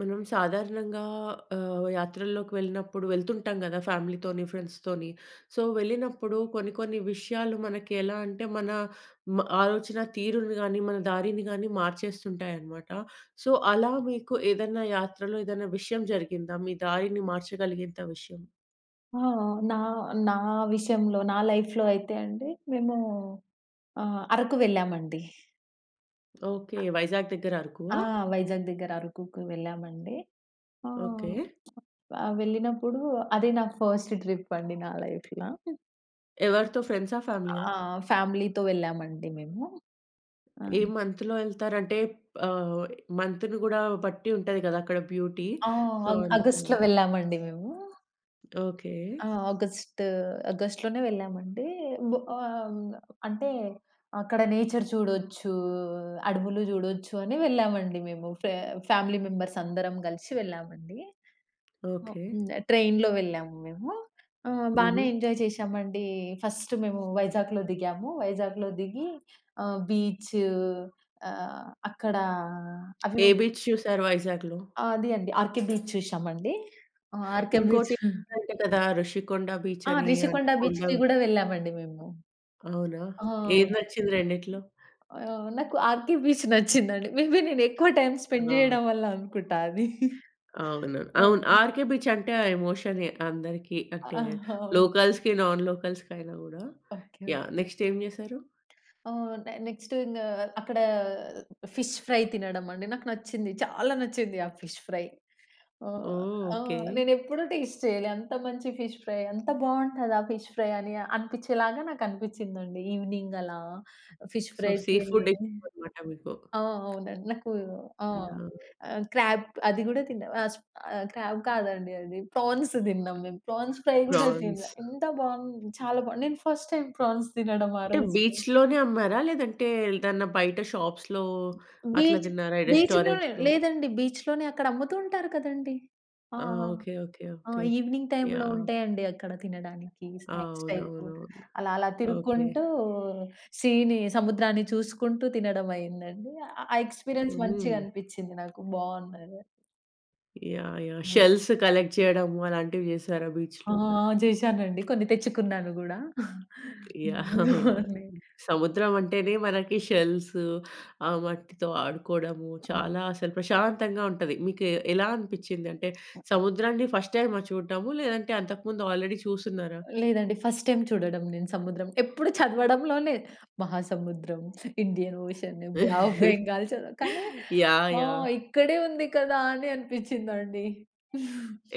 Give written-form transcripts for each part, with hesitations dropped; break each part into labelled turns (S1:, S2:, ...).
S1: మనం సాధారణంగా యాత్రల్లోకి వెళ్ళినప్పుడు వెళ్తుంటాం గదా! ఫ్యామిలీతోని, ఫ్రెండ్స్‌తోని. సో, వెళ్ళినప్పుడు కొన్ని కొన్ని విషయాలు మనకి ఎలా అంటే మన ఆలోచన తీరుని గాని, మన దారిని గాని మార్చేస్తుంటాయన్నమాట. సో, అలా మీకు ఏదన్నా యాత్రలో ఏదన్నా విషయం జరిగిందా? మీ దారిని మార్చగలిగేంత విషయం?
S2: ఆ! నా నా విషయంలో, నా లైఫ్‌లో అయితే అండి, మేము అరకు వెళ్ళామండి.
S1: ఓకే. వైజాగ్ దగ్గర
S2: ఆ!
S1: అరకువా?
S2: వైజాగ్ దగ్గర అరకుకి వెళ్ళామండి.
S1: ఓకే.
S2: ఆహ్, ఆహ్, వెళ్ళినప్పుడు అదే నా ఫస్ట్ ట్రిప్ అండి నా లైఫ్‌లా.
S1: ఎవరితో ఫ్రెండ్సా? ఫ్యామిలీయా?
S2: ఆ! ఫ్యామిలీతో వెళ్ళామండి మేము. ఆ!
S1: ఏ మంత్‌లో వెళ్తారంటే ఆహ్, మంత్‌ని గూడా బట్టి ఉంటది గదా! అక్కడ బ్యూటీ.
S2: ఆ!
S1: సో,
S2: ఆగస్ట్‌లో
S1: అందుకని.
S2: వెళ్ళామండి మేము.
S1: ఓకే.
S2: ఆ! ఆగస్ట్ ఆగస్ట్‌లోనే వెళ్ళామండి. బొ ఆహ్, అంటే అక్కడ నేచర్ చూడొచ్చు, అడవులు చూడొచ్చు అని వెళ్ళామండి మేము. ఫ్యామిలీ మెంబర్స్ అందరం కలిసి వెళ్ళామండి. ఓహ్!
S1: ఓకే.
S2: హ్మ్. ట్రైన్‌లో వెళ్ళాము మేము. బానే
S1: హుహు.
S2: ఎంజాయ్ చేశామండి. ఫస్ట్ మేము వైజాగ్‌లో దిగాము. వైజాగ్‌లో దిగి ఆహ్, బీచ్ ఆహ్, అక్కడ అవి
S1: ఏ బీచ్ చూసారు వైజాగ్‌లో?
S2: అది అండి ఆర్‌కే బీచ్ చూశామండి. ఆర్‌కే ఓకే.
S1: ఇంకోటి అంట కదా! ఋషికొండ బీచ్
S2: ఆ!
S1: అని అంటే
S2: రిషికొండ
S1: కొండ
S2: బీచ్‌కి గూడా వెళ్ళామండి మేము.
S1: అవునా? ఏది
S2: అవును.
S1: నచ్చింది రెండిట్లో?
S2: నాకు 'ఆర్‌కే బీచ్' నచ్చిందండి. మేబీ నేను ఎక్కువ టైమ్ స్పెండ్
S1: అవును.
S2: చేయడం వల్ల అనుకుంటా అది.
S1: అవును. అవును.
S2: హ్మ్.
S1: 'ఆర్‌కే బీచ్' అంటే ఆ ఎమోషనే అందరికీ. అంటే
S2: ఆహా! అవును.
S1: లోకల్స్‌కి, నాన్ లోకల్స్‌కి అయినా గూడా.
S2: ఓకే.
S1: యాహ్!
S2: ఓకే.
S1: నెక్స్ట్ ఏం చేశారు?
S2: ఆహ్, నె నెక్స్ట్ ఇంగ అక్కడ ఫిష్ ఫ్రై తినడం అండి. నాకు నచ్చింది. చాలా నచ్చింది ఆ ఫిష్ ఫ్రై. ఆహ్,
S1: ఓహ్!
S2: ఆ!
S1: ఓకే.
S2: నేనెప్పుడూ టేస్ట్ చేయలే. అంత మంచి ఫిష్ ఫ్రై. అంత బావుంటదా ఫిష్ ఫ్రై అని అనిపించేలాగా నాకు అనిపించిందండి. ఈవినింగ్ అలా ఫిష్
S1: సో,
S2: ఫ్రై
S1: సీ
S2: తిని.
S1: ఫుడ్ ఇష్టమనమాట మీకు.
S2: ఆ! అవునండి. నాకు ఆ!
S1: యాహ్!
S2: క్రాబ్, అది గూడా తిన్నా. క్రాబ్ కాదండి అది. ప్రాన్స్ తిన్నాం మేము. ప్రాన్స్ ఫ్రై గూడా తినలే.
S1: ప్రాన్స్.
S2: ఎంత బాగుంది. చాలా బాగుంది. నేను ఫస్ట్ టైమ్ ప్రాన్స్ తినడం ఆ
S1: అంటే
S2: రోజు.
S1: బీచ్‌లోనే అమ్మారా? లేదంటే ఏదన్నా బయట షాప్స్‌లో అట్లా
S2: బీచ్
S1: తిన్నారా?
S2: బీచ్‌లోనే
S1: రెస్టారెంట్స్‌లో?
S2: లేదండి. బీచ్‌లోనే అక్కడ అమ్ముతూ ఉంటారు కదండీ. ఆ!
S1: ఆ!
S2: ఆ!
S1: ఓకే. ఓకే.
S2: ఆ!
S1: ఓకే.
S2: ఈవినింగ్ టైమ్‌లో
S1: యాహ్!
S2: ఉంటాయండి అక్కడ తినడానికి స్నాక్స్ టైపు.
S1: అవునవునవును.
S2: అలా అలా
S1: ఓకే.
S2: తిరుక్కుంటూ సముద్రాన్ని చూసుకుంటూ తినడం అయిందండి. ఆ ఎక్స్‌పీరియన్స్
S1: హ్మ్.
S2: మంచిగా అనిపిచ్చింది నాకు. బావున్నది.
S1: యాహ్! యాహ్!
S2: హ్మ్.
S1: షెల్స్ కలెక్ట్ చేయడము అలాంటివి చేశారా
S2: ఆ!
S1: బీచ్‌లో?
S2: చేశానండి. కొన్ని తెచ్చుకున్నాను గూడా.
S1: యాహ్! యాహ్!
S2: అవునండి.
S1: సముద్రం అంటేనే మనకి షెల్స్, ఆ మట్టితో ఆడుకోవడము
S2: ఆ!
S1: చాలా అసలు ప్రశాంతంగా ఉంటది. మీకు ఎలా అనిపిచ్చింది? అంటే
S2: ఆ!
S1: సముద్రాన్ని ఫస్ట్ టైమా చూడడము? లేదంటే అంతకుముందు ఆల్రెడీ చూసున్నారా?
S2: లేదండి. ఫస్ట్ టైమ్ చూడడం నేను సముద్రం. ఎప్పుడు చదవడంలోనే మహాసముద్రం, Indian ocean, bay of Bengal చదవ కానీ
S1: యాహ్!
S2: ఆ!
S1: యాహ్!
S2: ఇక్కడే ఉంది కదా! అని అనిపించిందండి.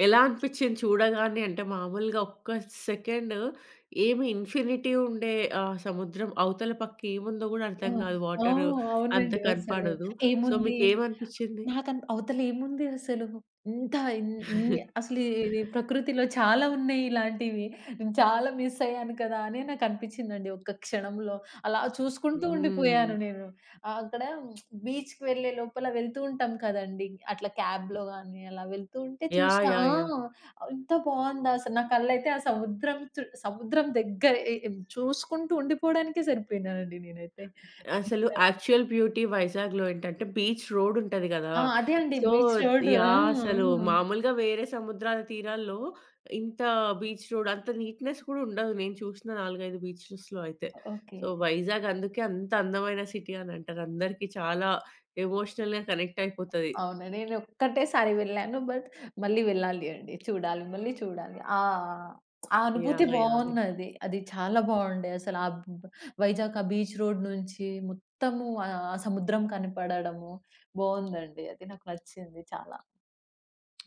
S1: ఎలా అనిపిచ్చింది చూడగానే? అంటే మామూలుగా ఒక్క సెకండ్ ఏమి ఇన్ఫినిటీ ఉండే సముద్రం అవతల పక్క ఏముందో గూడా
S2: ఆ!
S1: అర్థం గాదు.
S2: ఆ!
S1: వాటరు అంత
S2: అవునండి. అసలు
S1: కనపడదు. సో,
S2: ఏముంది
S1: మీకేమనిపిచ్చింది?
S2: అవతలేముంది అసలు. ఇంత ఇన్ని అసలు ఇది ప్రకృతిలో చాలా ఉన్నాయి ఇలాంటివి. నేను చాలా మిస్ అయ్యాను కదా! అని నాకనిపించిందండి ఒక్క క్షణంలో. అలా చూసుకుంటూ
S1: హ్మ్.
S2: ఉండిపోయాను నేను. అక్కడ బీచ్‌కి వెళ్ళే లోపల వెళ్తూ ఉంటాం కదండీ! అట్లా క్యాబ్‌లో గాని అలా వెళ్తూ ఉంటే
S1: యాహ్!
S2: చూశా ఆ!
S1: యాహ్! యాహ్!
S2: ఎంత బావుందా అసలు. నా కళ్ళైతే ఆ సముద్రం దగ్గర ఎ ఎం చూసుకుంటూ ఉండిపోవడానికే సరిపోయినానండి నేనైతే.
S1: అసలు యాక్చువల్ బ్యూటీ వైజాగ్‌లో ఏంటంటే బీచ్ రోడ్ ఉంటది గదా!
S2: ఆ! అదే అండి
S1: సో,
S2: బీచ్ రోడ్. ఆ!
S1: యాహ్!
S2: ఆ!
S1: అసలు మామూలుగా వేరే సముద్రాల తీరాల్లో ఇంత బీచ్ రోడ్ అంత నీట్‌నెస్ కూడా ఉండదు. నేను చూసిన 4, 5 బీచెస్‌లో అయితే.
S2: ఓకే.
S1: సో, వైజాగ్ అందుకే అంత అందమైన సిటీ అని అంటారు. అందరికీ చాలా ఎమోషనల్‌గా కనెక్ట్ అయిపోతది.
S2: అవును. నేనొక్కటేసారి వెళ్ళాను. బట్ మళ్ళీ వెళ్ళాలి అండి. చూడాలి. మళ్ళీ చూడాలి. ఆ! ఆ అనుభూతి
S1: యాహ్! యాహ్! యాహ్!
S2: బావున్నది. అది చాలా బావుండే అసలు. ఆ బ్ వైజాగ్ ఆ బీచ్ రోడ్ నుంచి మొత్తము సముద్రం కనపడడము బావుందండి. అది నాకు నచ్చింది చాలా.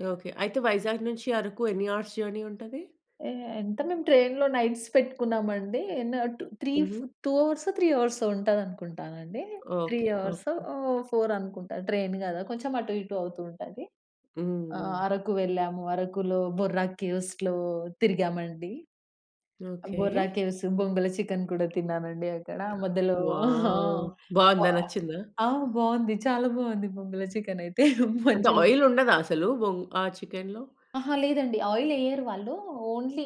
S1: ఓకే. అయితే వైజాగ్ నుంచి అరకు ఎన్ని అవర్స్ జర్నీ ఉంటది?
S2: ఎ ఎంత మేము ట్రైన్‌లో నైట్స్ పెట్టుకున్నామండి. న టు త్రీ
S1: హుహు.
S2: ఫ్ 2 అవర్సో, 3 అవర్సో ఉంటదనుకుంటానండి. 3
S1: ఓకే. ఓకే.
S2: అవర్సో, 4 అనుకుంటా. ట్రైన్ గదా! కొంచెం అటు ఇటు అవుతూ ఉంటది.
S1: హ్మ్. హ్మ్.
S2: అరకు వెళ్ళాము. అరకులో బొర్రా కేవ్స్‌లో తిరిగామండి.
S1: ఓకే.
S2: బొర్రా కేవ్స్, బొంగుల చికెన్ కూడా తిన్నానండి అక్కడ. మధ్యలో ఆ!
S1: వావ్!
S2: వ
S1: బావుందా? నచ్చిందా?
S2: ఆ! బావుంది. చాలా బావుంది బొంగుల చికెనయితే.
S1: అంటే
S2: మంచిగా
S1: ఆయిల్ ఉండదా అసలు? ఆ చికెన్‌లో?
S2: అహా! లేదండి. ఆయిలెయ్యరు వాళ్ళు. ఓన్లీ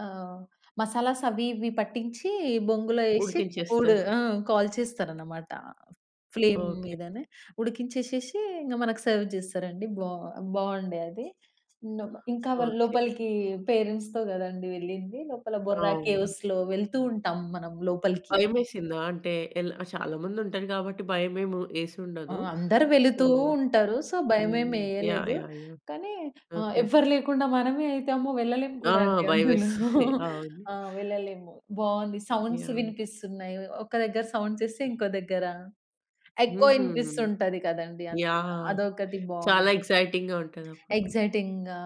S2: ఆహ్, మసాలాస్ అవి ఇవి పట్టించి బొంగులో ఏసి ఉడు
S1: ఉడికించేస్తారు.
S2: ఆ! కాల్చేస్తారనమాట. Flame
S1: okay.
S2: మీదనే ఉడికించేసేసి ఇంగ మనకు సర్వ్ జేస్తారండి. బావుండే అది. హ్మ్. ఇంకా వాళ్ళు
S1: ఓకే.
S2: లోపలికి పేరెంట్స్‌తో గదండీ వెళ్ళింది. లోపల బొర్రా
S1: అవును.
S2: కేవ్స్‌లో వెళ్తూ ఉంటాం మనం లోపలికి.
S1: భయమేసిందా? అంటే ఎలా చాలా మంది ఉంటారు కాబట్టి భయమేమి
S2: ఆ!
S1: యేసుండదు.
S2: అందరూ
S1: సో
S2: వెళుతూ ఉంటారు. సో,
S1: హ్మ్. యాహ్!
S2: భయమేమెయలేదు.
S1: యాహ్! యాహ్!
S2: కానీ
S1: ఓకే.
S2: ఎవ్వరు లేకుండా మనమే అయితే అమ్మో! వెళ్ళలేము
S1: ఆ!
S2: కూడా అండి అందులో.
S1: భయమేస్తది. అవును.
S2: ఆ! వెళ్ళలేము. బావుంది. Sounds
S1: yeah!
S2: వినిపిస్తున్నాయి. ఒక దగ్గర సౌండ్స్ ఇస్తే ఇంకో దగ్గర ఎకో
S1: హుహుహు.
S2: ఇనిపిస్తుంటది కదండీ అందులో.
S1: యాహ్!
S2: అదొకటి బావుంది.
S1: చాలా ఎక్సైటింగ్‌గా ఉంటదప్పుడు.
S2: ఎక్సైటింగ్‌గా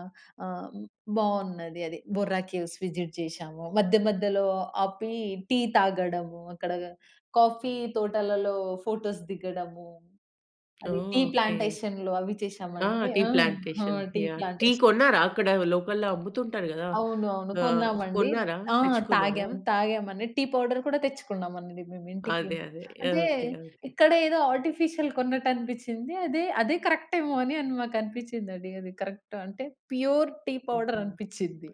S2: ఆహ్, బావున్నది అది. బొర్రా కేవ్స్ విజిట్ చేశాము. మధ్య మధ్యలో ఆపి టీ తాగడము, అక్కడ కాఫీ తోటలలో ఫోటోస్ దిగడము. అది
S1: ఓహ్!
S2: Tea
S1: okay.
S2: ప్లాంటేషన్‌లో అవి
S1: ఆ!
S2: చేశామండి.
S1: టీ
S2: ఆ! ఆ!
S1: Plantation.
S2: Tea
S1: yeah! Tea
S2: plantation.
S1: కొన్నారా? అక్కడ లోకల్‌లో అమ్ముతుంటారు గదా!
S2: అవునవును.
S1: ఆ!
S2: కొన్నామండి.
S1: కొన్నారా?
S2: ఆ!
S1: తెచ్చుకున్నారా?
S2: తాగాం. తాగామండి. టీ పౌడర్ కూడా తెచ్చుకున్నామండి మేము ఇంటికి.
S1: అదే. అదే.
S2: అంటే
S1: ఓకే. ఓకే.
S2: ఇక్కడ ఏదో ఆర్టిఫిషియల్ కొన్నట్టు అనిపిచ్చింది. అదే అదే కరెక్ట్ ఏమో అని అని మాకనిపిచ్చిందండి. అది కరెక్ట్ అంటే ప్యూర్ టీ పౌడర్
S1: హుహు.
S2: అనిపిచ్చింది.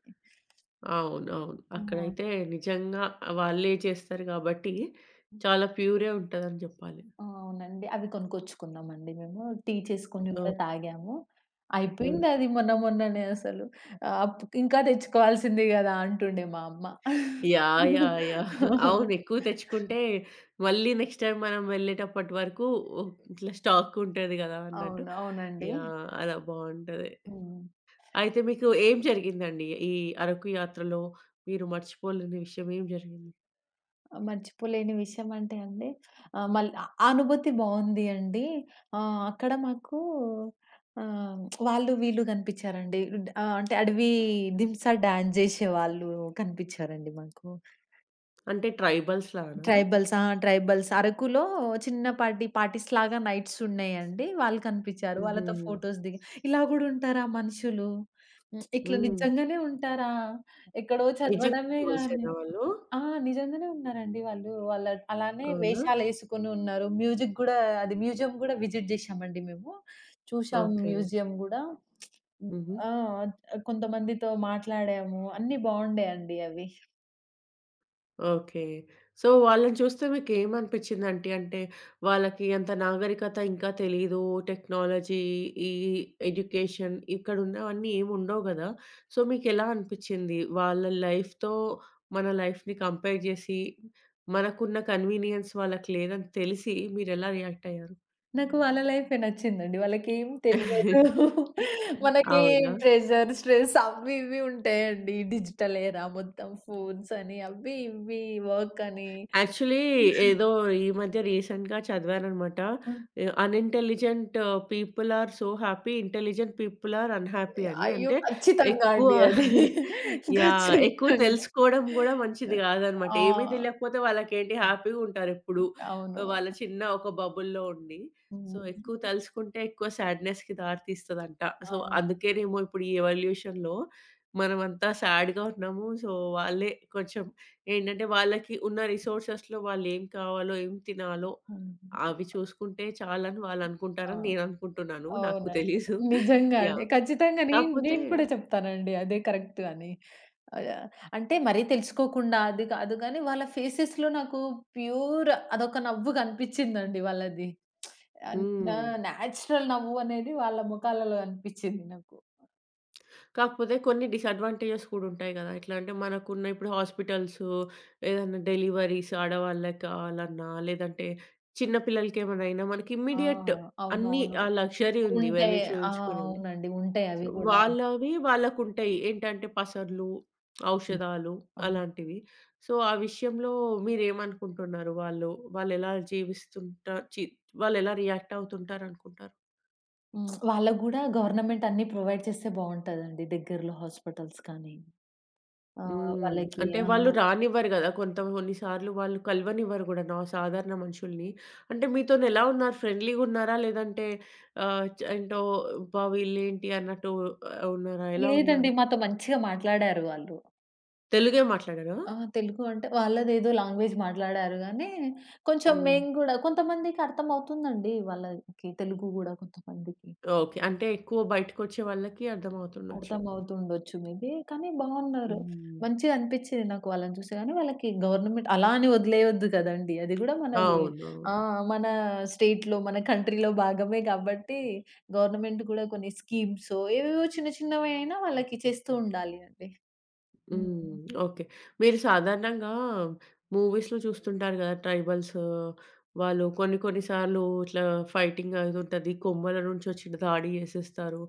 S1: అవునవును.
S2: ఆ!
S1: అక్కడైతే నిజంగా వాళ్ళే చేస్తారు గాబట్టి, చాలా ప్యూరే ఉంటదని జెప్పాలి.
S2: ఆ! అవునండి. అవి కొనుక్కొచ్చుకున్నామండి మేము. టీ చేసుకొని గూడా
S1: ఓహ్!
S2: తాగాము.
S1: హ్మ్.
S2: అయిపోయింది అది మొన్న మొన్ననే అసలు. ఆహ్, అప్ ఇంకా తెచ్చుకోవాల్సింది గదా! అంటుండే మా అమ్మ.
S1: యాహ్! యాహ్! యాహ్! అవును. ఎక్కువ తెచ్చుకుంటే, మళ్ళీ నెక్స్ట్ టైమ్ మనం వెళ్ళేటప్పటి వరకు ఓ, ఇట్లా స్టాక్ ఉంటది గదా! అన్నట్టు.
S2: అవును. అవునండి.
S1: యాహ్! అలా బావుంటది.
S2: హ్మ్.
S1: అయితే మీకు ఏం జరిగిందండి? ఈ అరకు యాత్రలో మీరు మర్చిపోలేని విషయం ఏం జరిగింది?
S2: మర్చిపోలేని విషయం అంటే అండి మళ్ళీ ఆ అనుభూతి బావుంది అండి. అక్కడ మాకు ఆహ్, వాళ్ళు వీళ్ళు కనిపిచ్చారండి. అంటే అడవి దింసా డాన్స్ జేసేవాళ్ళు కనిపిచ్చారండి మాకు.
S1: అంటే ట్రైబల్స్‌లానా?
S2: ట్రైబల్స్ ఆ! ట్రైబల్స్ అరకులో చిన్నపాటి పార్టీస్‌లాగా నైట్స్ ఉన్నాయండి. వాళ్ళు కనిపిచ్చారు. వాళ్ళతో
S1: హుహు.
S2: ఫోటోస్ దిగి ఇలా గూడా ఉంటారా మనుషులు? హ్మ్. ఇట్లా
S1: హ్మ్.
S2: నిజంగానే ఉంటారా? ఎక్కడో చదవడమే
S1: నిజంగానే వయసైన
S2: గాని
S1: వాళ్ళు?
S2: ఆ! నిజంగానే ఉన్నారండి వాళ్ళు. వాళ్ళ అలానే
S1: అవునా?
S2: వేషాలేసుకొని ఉన్నారు. మ్యూజిక్ గూడా అది మ్యూజియం గూడా విజిట్ జేశామండి మేము. చూశాము
S1: ఓకే.
S2: మ్యూజియం గూడా.
S1: హుహు.
S2: ఆ! కొంతమందితో మాట్లాడాము. అన్నీ బావుండాయండి అవి.
S1: ఓకే. సో, వాళ్ళని చూస్తే మీకేమనిపిచ్చిందంటీ? అంటే, వాళ్ళకి అంత నాగరికత ఇంకా తెలీదు. టెక్నాలజీ, ఈ ఎడ్యుకేషన్ ఇక్కడున్నవన్నీ ఏముండవు గదా! సో, మీకెలా అనిపిచ్చింది? వాళ్ళ లైఫ్‌తో మన లైఫ్‌ని కంపేర్ జేసి, మనకున్న కన్వీనియన్స్ వాళ్ళకి లేదని తెలిసి మీరెలా రియాక్ట్ అయ్యారు?
S2: నాకు వాళ్ళ లైఫే నచ్చిందండి. వాళ్ళకేం తెల్వదు. మనకి
S1: అవునా?
S2: ప్రెషర్, స్ట్రెస్ అవి ఇవి ఉంటాయండి. డిజిటల్ ఎరా మొత్తం ఫోన్స్ అని అవి ఇవి వర్క్ అని.
S1: యాక్చువల్లీ ఏదో ఈ మధ్య రీసెంట్‌గా చదివాననమాట. A unintelligent people are so happy, intelligent people are unhappy అని.
S2: అయ్యో!
S1: అంటే
S2: ఖచ్చితంగా
S1: ఎక్కువ
S2: అండి అది.
S1: యాహ్! ఎక్కువ
S2: ఖచ్చితంగా.
S1: తెలుసుకోవడం గూడా మంచిది గాదనమాట.
S2: ఆ!
S1: ఏమీ తెలియకపోతే వాళ్ళకేంటి
S2: హ్మ్.
S1: హ్యాపీగుంటారెప్పుడు.
S2: అవును.
S1: వాళ్ళ చిన్న ఒక బబుల్‌లో ఉండి. సో,
S2: హ్మ్.
S1: ఎక్కువ తెలుసుకుంటే ఎక్కువ సాడ్‌నెస్‌కి దారి తీస్తదంట. సో,
S2: అవును.
S1: అందుకేనేమో ఇప్పుడు ఈ ఎవల్యూషన్‌లో మనమంతా సాడ్‌గా ఉన్నాము. సో, వాళ్ళే కొంచెం ఏంటంటే వాళ్ళకి ఉన్న రిసోర్సెస్‌లో వాళ్ళేం కావాలో, ఏం తినాలో
S2: హ్మ్.
S1: అవి చూసుకుంటే చాలని వాళ్ళనుకుంటారని
S2: ఆ!
S1: నేననుకుంటున్నాను. నాకు
S2: అవునండి.
S1: తెలీదు.
S2: నిజంగా అండి.
S1: యాహ్!
S2: ఖచ్చితంగా నేను
S1: కాకపోతే
S2: నేను కూడా చెప్తానండి అదే కరెక్ట్ అని. ఆహ్, అంటే మరీ తెలుసుకోకుండా అది కాదు గానీ, వాళ్ళ ఫేసెస్‌లో నాకు ప్యూర్ అదొక నవ్వు కనిపిచ్చిందండి వాళ్ళది. ఆహ్, నా
S1: హ్మ్.
S2: నేచురల్ నవ్వు అనేది వాళ్ళ మొఖాలలో కనిపిచ్చింది నాకు.
S1: కాకపోతే కొన్ని డిసడ్వాంటేజెస్ కూడా ఉంటాయి గదా! ఎట్లా అంటే మనకున్న ఇప్పుడు హాస్పిటల్సు, ఏదన్నా డెలివరీస్ ఆడవాళ్ళకి కావాలన్నా, లేదంటే చిన్న పిల్లలకేమైనా అయినా మనకి
S2: ఆ!
S1: ఇమ్మీడియేట్ అన్నీ
S2: అవునవును.
S1: ఆ లగ్జరీ ఉంది వెళ్లి
S2: ఉంటాయి. ఆ!
S1: చూయించుకునేది.
S2: అవునండి. ఉంటాయి
S1: సో,
S2: అవి గూడా.
S1: వాళ్ళవి వాళ్ళకుంటాయి. ఏంటంటే పసర్లు,
S2: హ్మ్.
S1: ఔషధాలు
S2: అవును.
S1: అలాంటివి. సో, ఆ విషయంలో మీరేమనుకుంటున్నారు? వాళ్ళు వాళ్ళెలా జీవిస్తుంటా చి వాళ్ళెలా రియాక్ట్ అవుతుంటారనుకుంటారు?
S2: హ్మ్. వాళ్ళకి గూడా గవర్నమెంట్ అన్నీ ప్రొవైడ్ చేస్తే బావుంటదండి. దగ్గరలో హాస్పిటల్స్ కానీ,
S1: హ్మ్.
S2: వాళ్ళకి
S1: అంటే
S2: ఆ!
S1: వాళ్ళు రానివ్వరు గదా! కొంత కొన్ని సార్లు వాళ్ళు కలవనివ్వరు గూడా నా సాధారణ మనుషుల్ని. అంటే మీతోనెలా ఉన్నారు? ఫ్రెండ్లీగున్నారా? లేదంటే ఆహ్, చ్ ఏంటో అబ్బా! వీళ్ళేంటి అన్నట్టు ఉన్నారా? ఎలా
S2: లేదండి.
S1: ఉన్నారు?
S2: మాతో మంచిగా మాట్లాడారు వాళ్ళు.
S1: తెలుగే మాట్లాడరా?
S2: ఆ! తెలుగు అంటే వాళ్ళదేదో లాంగ్వేజ్ మాట్లాడారు గానీ, కొంచెం
S1: హ్మ్.
S2: మేము గూడా కొంతమందికి అర్థమవుతుందండి వాళ్ళకి తెలుగు గూడా కొంతమందికి.
S1: ఓకే. అంటే ఎక్కువ బయటకొచ్చే వాళ్ళకి అర్థమవుతుండొచ్చు.
S2: అర్థమవుతుండొచ్చు మేబీ. కానీ బావున్నారు.
S1: హ్మ్.
S2: మంచిగా అనిపిచ్చింది నాకు వాళ్ళని చూస్తే గానీ, వాళ్ళకి గవర్నమెంట్ అలా అని వదిలేయొద్దు కదండీ! అది గూడా మనది
S1: అవును.
S2: ఆ! మన స్టేట్‌లో, మన కంట్రీలో భాగమే కాబట్టి, గవర్నమెంట్ కూడా కొన్ని స్కీమ్సో, ఏవేవో చిన్న చిన్నవి అయినా వాళ్ళకి చేస్తూ ఉండాలి అండి.
S1: హ్మ్.
S2: హ్మ్.
S1: ఓకే. మీరు సాధారణంగా మూవీస్‌లో చూస్తుంటారు గదా! ట్రైబల్స్ వాళ్ళు కొన్ని కొన్ని సార్లు ఇట్లా ఫైటింగ్ అది ఉంటది. కొమ్మల నుంచి వచ్చి దాడి చేసేస్తారు.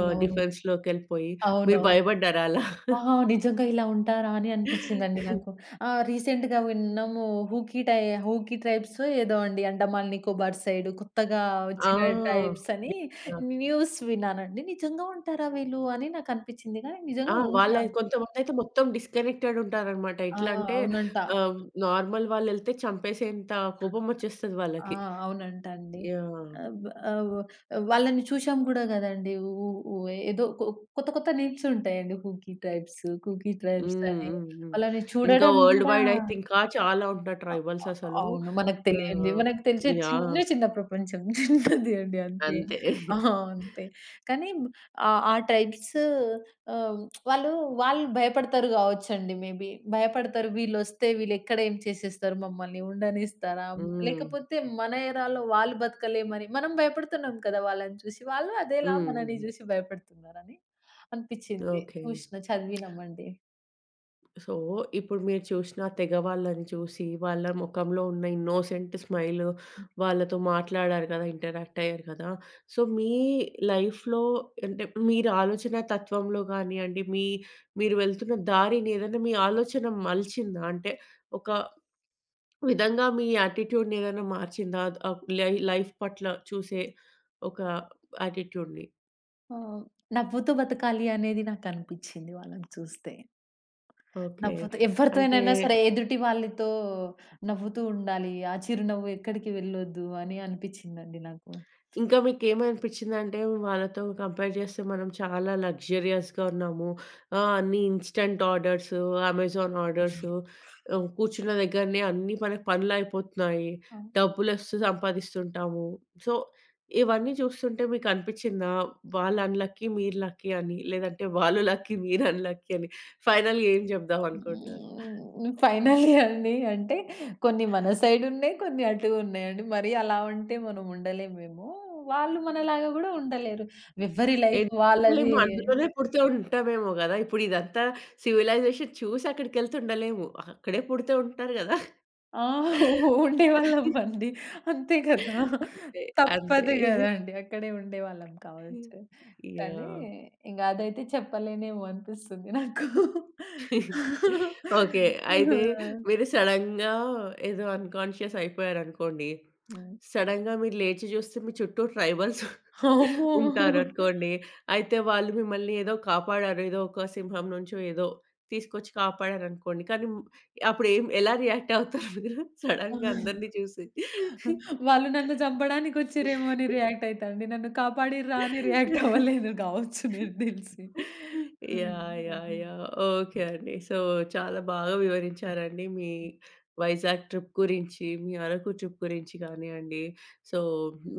S1: డిఫెన్స్‌లోకెళ్ళిపోయి. మీరు
S2: అవునవును.
S1: భయపడ్డారా అలా?
S2: ఆహా! నిజంగా ఇలా ఉంటారా అని అనిపిచ్చిందండి నాకు. రీసెంట్‌గా విన్నాము. హూకీ టై హూకీ ట్రైబ్సో ఏదో అండి అండమాన్ నికోబార్ సైడ్ కొత్తగా
S1: ఆ!
S2: వచ్చిన ట్రైబ్స్ అని
S1: యాహ్! యాహ్!
S2: న్యూస్ విన్నానండి. నిజంగా ఉంటారా వీళ్ళు అని నాకనిపిచ్చింది కానీ
S1: ఆ!
S2: నిజంగా
S1: వాళ్ళ
S2: ఉంటారు.
S1: కొంతమందైతే మొత్తం డిస్‌కనెక్టెడ్ ఉంటారనమాట.
S2: ఆ!
S1: ఎట్లా అంటే
S2: అవునంట.
S1: ఆహ్, నార్మల్ వాళ్ళెళ్తే చంపేసేంత కోపం వచ్చేస్తది
S2: ఆ!
S1: వాళ్ళకి.
S2: అవునంట అండి.
S1: యాహ్!
S2: ఆహ్, బ్ ఆహ్, వాళ్ళని చూసాం గూడా గదండీ! ఉ ఉ ఏదో కొ కొత్త కొత్త నేమ్స్ ఉంటాయండి. హూకీ ట్రైబ్స్, కూకీ ట్రైబ్స్
S1: హ్మ్.
S2: అని.
S1: హ్మ్. హ్మ్.
S2: వాళ్ళని
S1: ఇంకా
S2: చూడడం
S1: వరల్డ్
S2: గూడా
S1: వైడ్ అయితే ఇంకా చాలా ఉంటారు
S2: అ అ
S1: ట్రైబల్స్ అసలు.
S2: అవును. మనకు తెలియంది.
S1: ఆహ్,
S2: మనకు తెలిసే చిన్న
S1: యాహ్!
S2: చిన్న ప్రపంచం. చిన్నది అండి అంతే.
S1: అంతే.
S2: ఆ! అంతే. కానీ ఆ ట్రైబ్స్ ఆహ్, వాళ్ళు, వాళ్ళు భయపడతారు కావచ్చండి మేబీ. భయపడతారు వీళ్ళొస్తే వీళ్ళెక్కడ ఏం చేసేస్తారు మమ్మల్ని, ఉండనిస్తారా?
S1: హ్మ్.
S2: లేకపోతే మన ఎరాలో వాళ్ళు బతకలేమని మనం భయపడుతున్నాం కదా! వాళ్ళని చూసి. వాళ్ళు అదేలా మనని
S1: హ్మ్.
S2: చూసి భయపడుతున్నారని అనిపిచ్చింది.
S1: ఓకే.
S2: చూసిన, చదివినామండి.
S1: సో, ఇప్పుడు మీరు చూసిన తెగ వాళ్ళని చూసి, వాళ్ళ మొఖంలో ఉన్న ఇన్నోసెంట్ స్మైల్ వాళ్ళతో మాట్లాడారు కదా! ఇంటరాక్ట్ అయ్యారు కదా! సో, మీ లైఫ్‌లో అంటే మీరు ఆలోచన తత్వంలో గానియండి, మీరు వెళ్తున్న దారిని ఏదైనా మీ ఆలోచన మలిచిందా? అంటే ఒక విధంగా మీ యాటిట్యూడ్‌ని ఏదైనా మార్చిందా? అద్ ఆహ్, లై లైఫ్ పట్ల చూసే ఒక యాటిట్యూడ్‌ని.
S2: ఆహ్, నవ్వుతూ బతకాలి అనేది నాకనిపిచ్చింది వాళ్ళని చూస్తే.
S1: ఓకే.
S2: నవ్వుతూ
S1: అంటే
S2: ఎవరితోనైనా సరే ఎదుటి వాళ్ళతో నవ్వుతూ ఉండాలి. ఆ చిరునవ్వు ఎక్కడికి వెళ్ళొద్దు అని అనిపిచ్చిందండి నాకు.
S1: ఇంకా మీకేమనిపిచ్చిందంటే వాళ్ళతో కంపేర్ చేస్తే మనం చాలా లగ్జరియస్‌గా ఉన్నాము. అన్నీ ఇన్‌స్టంట్ ఆర్డర్సు, అమెజాన్ ఆర్డర్సు కూర్చున్న దగ్గరనే అన్నీ మనకి పనులయిపోతున్నాయి.
S2: అవును.
S1: డబ్బులొస్తూ సంపాదిస్తుంటాము. సో, ఇవన్నీ చూస్తుంటే మీకనిపిచ్చిందా? వాళ్ళు అన్‌లక్కీ, మీరు లక్కీ అని. లేదంటే వాళ్ళు లక్కీ, మీరు అన్‌లక్కీ అని. ఫైనల్‌గా ఏం చెప్దాం అనుకుంటున్నారు?
S2: హ్మ్. ఫైనల్లీ అండి అంటే కొన్ని మన సైడ్ ఉన్నాయి. కొన్ని అటు ఉన్నాయండి. మరి అలా ఉంటే మనం ఉండలేమేమో. వాళ్ళు మనలాగా గూడా ఉండలేరు. ఎవరి లైఫ్ వాళ్ళది.
S1: ఎళ్ళలేము. అందులోనే పుడుతూ ఉంటామేమో గదా! ఇప్పుడు ఇదంతా సివిలైజేషన్ చూసి అక్కడికెళ్తే ఉండలేము. అక్కడే పుడుతూ ఉంటారు గదా!
S2: ఆ! ఉండేవాళ్ళమండి. అంతే కదా!
S1: అంతే. అంతే.
S2: తప్పదు గదండీ. అక్కడే ఉండేవాళ్ళం కావచ్చు. కానీ
S1: యాహ్!
S2: ఇంక అదైతే చెప్పలేనేమో అనిపిస్తుంది నాకు.
S1: ఓకే. అయితే మీరు సడెన్‌గా ఏదో అన్‌కాన్షియస్ అయిపోయారనుకోండి.
S2: హ్మ్.
S1: సడెన్‌గా మీరు లేచి చూస్తే మీ చుట్టూ ట్రైబల్స్
S2: అమ్మో!
S1: ఉంటారనుకోండి. అయితే వాళ్ళు మిమ్మల్ని ఏదో కాపాడారు. ఏదో ఒక సింహం నుంచో ఏదో తీసుకొచ్చి కాపాడారనుకోండి. కానీ అప్పుడు ఎలా రియాక్ట్ అవుతారు మీరు సడెన్‌గా అందరిని చూసి?
S2: వాళ్ళు నన్ను చంపడానికి వచ్చిర్రేమో అని రియాక్ట్ అయితా అండి. నన్ను కాపాడిర్రా అని రియాక్ట్ అవ్వలేదు గావచ్చు నాకు దెలిసి. హ్మ్.
S1: Yeah! Yeah!
S2: Okay.
S1: Yeah! Okay అండి. సో, చాలా బాగా వివరించారండి మీ వైజాగ్ ట్రిప్ గురించి, మీ అరకు ట్రిప్ గురించి కానియండి. సో,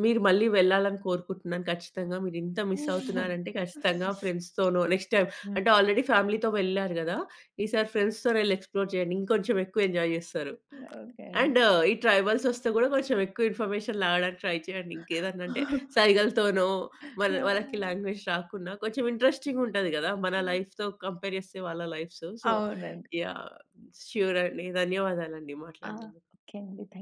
S1: మీరు మళ్ళీ వెళ్ళాలని కోరుకుంటున్నాను ఖచ్చితంగా. మీరింత మిస్
S2: హ్మ్.
S1: అవుతున్నారంటే ఖచ్చితంగా ఫ్రెండ్స్‌తోనో నెక్స్ట్ టైమ్ అంటే ఆల్రెడీ ఫ్యామిలీతో వెళ్లారు గదా! ఈసారి ఫ్రెండ్స్‌తోని వెళ్లి ఎక్స్‌ప్లోర్ చేయండి. ఇంకొంచెం ఎక్కువ ఎంజాయ్ జేస్తారు.
S2: ఓకే అండి.
S1: అండ్ ఈ ట్రైబల్స్ వస్తే గూడా కొంచెం ఎక్కువ ఇన్ఫర్మేషన్ లాగడానికి ట్రై చేయండి. ఇంకేదన్నా అంటే సైగలతోనో మన వాళ్ళకి లాంగ్వేజ్ రాకున్నా కొంచెం ఇంట్రెస్టింగ్ ఉంటది గదా! మన లైఫ్‌తో కంపేర్ చేస్తే వాళ్ళ లైఫ్స్. సో
S2: అవునండి.
S1: యాహ్! ష్యూర్ అండి. ధన్యవాదాలండి
S2: ఆ!
S1: మాట్లాడినందుకు.
S2: ఓకే అండి. థాంక్యూ.